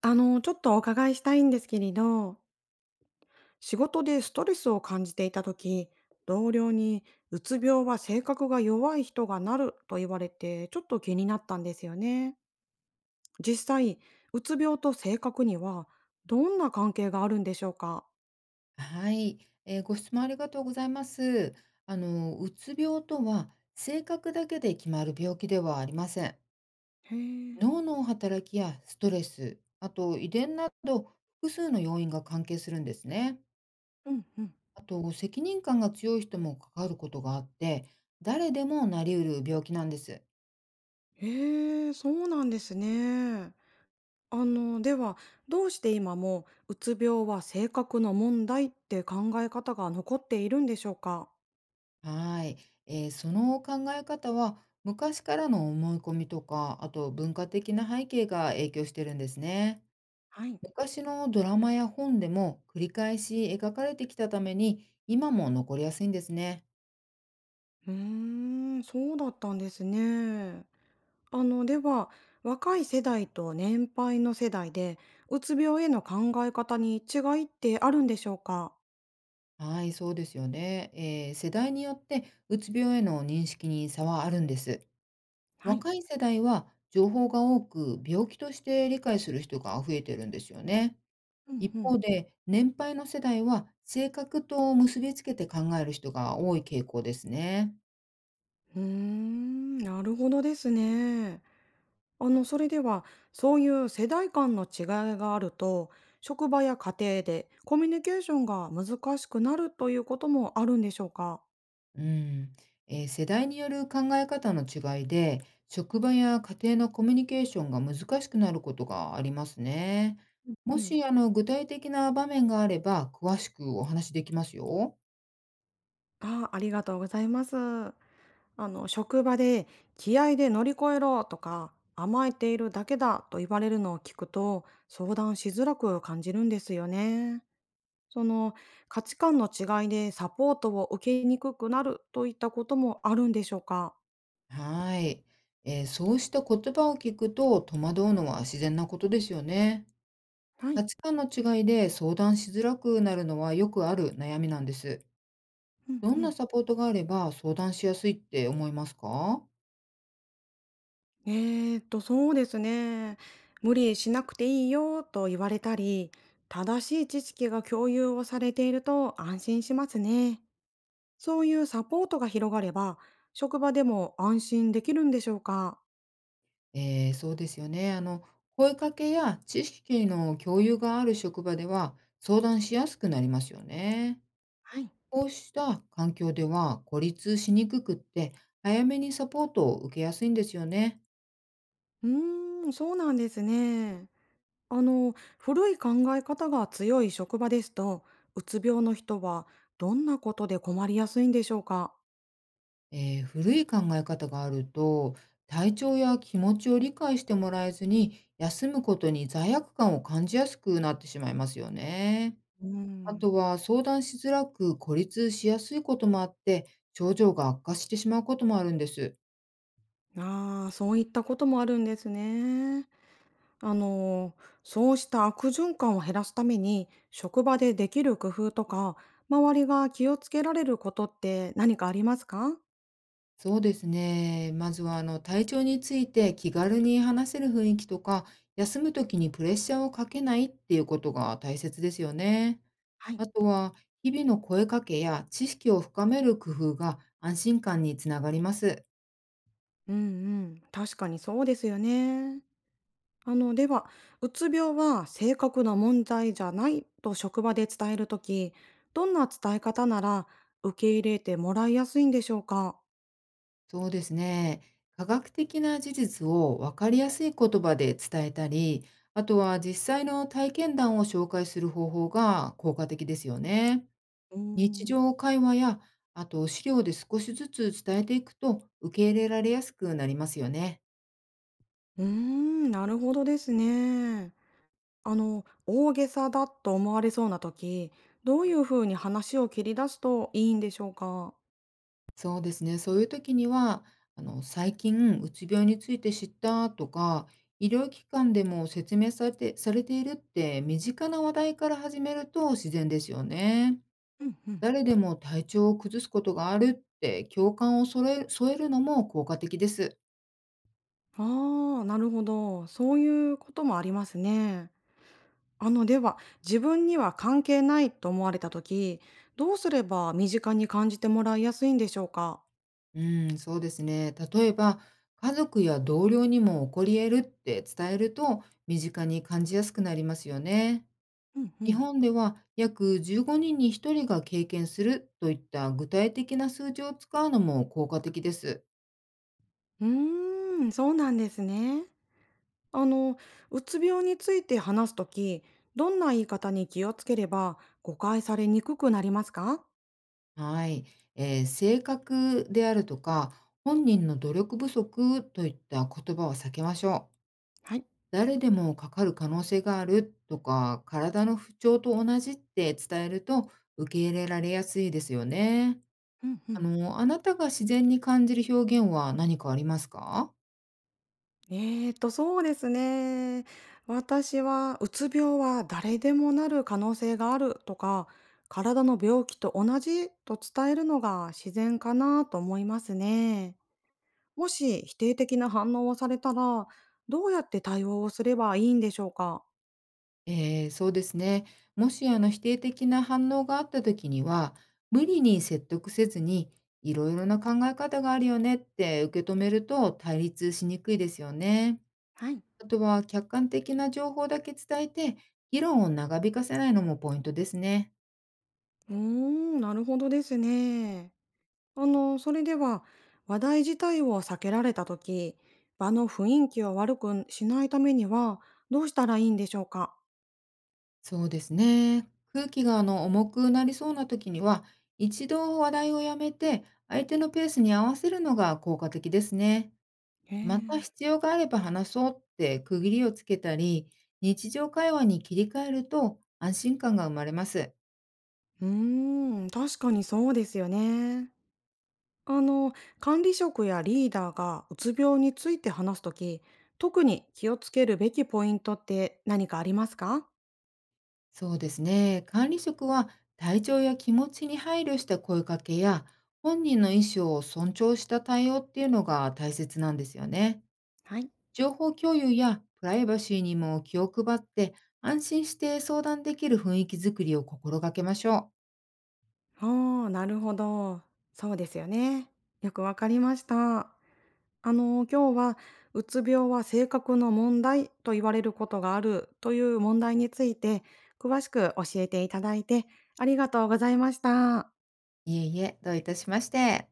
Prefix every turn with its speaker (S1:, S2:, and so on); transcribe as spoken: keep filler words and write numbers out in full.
S1: あの、ちょっとお伺いしたいんですけれど、仕事でストレスを感じていた時、同僚にうつ病は性格が弱い人がなると言われて、ちょっと気になったんですよね。実際、うつ病と性格にはどんな関係があるんでしょうか？
S2: はい、えーご質問ありがとうございます。あの、うつ病とは性格だけで決まる病気ではありません。
S1: へえ、
S2: 脳の働きやストレス、あと遺伝など複数の要因が関係するんですね。
S1: うんうん。
S2: あと責任感が強い人もかかることがあって、誰でもなりうる病気なんです。
S1: へえ、そうなんですね。あの、では、どうして今もうつ病は性格の問題って考え方が残っているんでしょうか？
S2: はい、えーその考え方は昔からの思い込みとか、あと文化的な背景が影響してるんですね。
S1: はい。
S2: 昔のドラマや本でも繰り返し描かれてきたために今も残りやすいんですね。
S1: うーん、そうだったんですね。あの、では、若い世代と年配の世代で、うつ病への考え方に違いってあるんでしょうか？
S2: はい、そうですよね。えー世代によってうつ病への認識に差はあるんです。
S1: はい。
S2: 若い世代は情報が多く病気として理解する人が増えてるんですよね。
S1: うん
S2: 一
S1: うん。
S2: 方で年配の世代は性格と結びつけて考える人が多い傾向ですね。
S1: うーん、なるほどですね。あの、それでは、そういう世代間の違いがあると、職場や家庭でコミュニケーションが難しくなるということもあるんでしょうか？
S2: うん、えー世代による考え方の違いで、職場や家庭のコミュニケーションが難しくなることがありますね。も
S1: うん、
S2: し、あの、具体的な場面があれば、詳しくお話しできますよ。
S1: ああ、ありがとうございます。あの職場で気合で乗り越えろとか甘えているだけだと言われるのを聞くと相談しづらく感じるんですよね。その価値観の違いでサポートを受けにくくなるといったこともあるんでしょうか？
S2: はい。えーそうした言葉を聞くと戸惑うのは自然なことですよね。
S1: は
S2: 価
S1: い。
S2: 値観の違いで相談しづらくなるのはよくある悩みなんです。
S1: うん
S2: ど
S1: う
S2: んな
S1: ん。
S2: サポートがあれば相談しやすいって思いますか？
S1: えーっと、そうですね。無理しなくていいよと言われたり、正しい知識が共有をされていると安心しますね。そういうサポートが広がれば、職場でも安心できるんでしょうか？
S2: ええ、そうですよね。あの、声かけや知識の共有がある職場では相談しやすくなりますよね。
S1: はい。
S2: こうした環境では孤立しにくくって、早めにサポートを受けやすいんですよね。
S1: うーん、そうなんですね。あの、古い考え方が強い職場ですと、うつ病の人はどんなことで困りやすいんでしょうか？
S2: ええ、古い考え方があると、体調や気持ちを理解してもらえずに、休むことに罪悪感を感じやすくなってしまいますよね。
S1: う
S2: あ
S1: ん。
S2: とは相談しづらく孤立しやすいこともあって、症状が悪化してしまうこともあるんです。
S1: ああ、そういったこともあるんですね。あの、そうした悪循環を減らすために、職場でできる工夫とか、周りが気をつけられることって何かありますか？
S2: そうですね。まずは、あの、体調について気軽に話せる雰囲気とか、休む時にプレッシャーをかけないっていうことが大切ですよね。
S1: はい。
S2: あとは、日々の声かけや知識を深める工夫が安心感につながります。
S1: うんうん、確かにそうですよね。あの、では、うつ病は正確な問題じゃないと職場で伝えるとき、どんな伝え方なら受け入れてもらいやすいんでしょうか？
S2: そうですね。科学的な事実を分かりやすい言葉で伝えたり、あとは実際の体験談を紹介する方法が効果的ですよね。
S1: うー
S2: 日
S1: ん、
S2: 常会話や、あと資料で少しずつ伝えていくと受け入れられやすくなりますよね。
S1: うーん、なるほどですね。あの、大げさだと思われそうなとき、どういうふうに話を切り出すといいんでしょうか？
S2: そうですね。そういう時には、あの、最近うつ病について知ったとか、医療機関でも説明されてされているって身近な話題から始めると自然ですよね。
S1: うんうん、
S2: 誰でも体調を崩すことがあるって共感をそえ添えるのも効果的です。
S1: ああ、なるほど。そういうこともありますね。あの、では、自分には関係ないと思われた時、どうすれば身近に感じてもらいやすいんでしょうか？
S2: うん、そうですね。例えば、家族や同僚にも起こり得るって伝えると、身近に感じやすくなりますよね。
S1: うんう
S2: 日
S1: ん。
S2: 本では約じゅうごにんにひとりが経験するといった具体的な数字を使うのも効果的です。
S1: うーん、そうなんですね。あの、うつ病について話すとき、どんな言い方に気をつければ誤解されにくくなりますか？
S2: はい。えー性格であるとか、本人の努力不足といった言葉は避けましょう。
S1: はい。
S2: 誰でもかかる可能性があるとか、体の不調と同じって伝えると受け入れられやすいですよね。
S1: うんう
S2: あ
S1: ん。
S2: の、あなたが自然に感じる表現は何かありますか？
S1: ええと、そうですね。私は、うつ病は誰でもなる可能性があるとか、体の病気と同じと伝えるのが自然かなと思いますね。もし否定的な反応をされたら、どうやって対応をすればいいんでしょうか？
S2: えーそうですね。もしあの否定的な反応があった時には、無理に説得せずに、いろいろな考え方があるよねって受け止めると対立しにくいですよね。
S1: はい。
S2: あとは客観的な情報だけ伝えて、議論を長引かせないのもポイントですね。
S1: うーん、なるほどですね。あの、それでは、話題自体を避けられたとき、場の雰囲気を悪くしないためには、どうしたらいいんでしょうか？
S2: そうですね。空気があの重くなりそうな時には、一度話題をやめて、相手のペースに合わせるのが効果的ですね。
S1: へ
S2: また
S1: え、
S2: 必要があれば話そうって区切りをつけたり、日常会話に切り替えると安心感が生まれます。
S1: うーん、確かにそうですよね。あの、管理職やリーダーがうつ病について話すとき、特に気をつけるべきポイントって何かありますか？
S2: そうですね。管理職は体調や気持ちに配慮した声かけや、本人の意思を尊重した対応っていうのが大切なんですよね。
S1: はい。
S2: 情報共有やプライバシーにも気を配って安心して相談できる雰囲気づくりを心がけましょう。
S1: ああ、なるほど。そうですよね。よくわかりました。あの、今日は、うつ病は性格の問題と言われることがあるという問題について、詳しく教えていただいてありがとうございました。
S2: いえいえ、どういたしまして。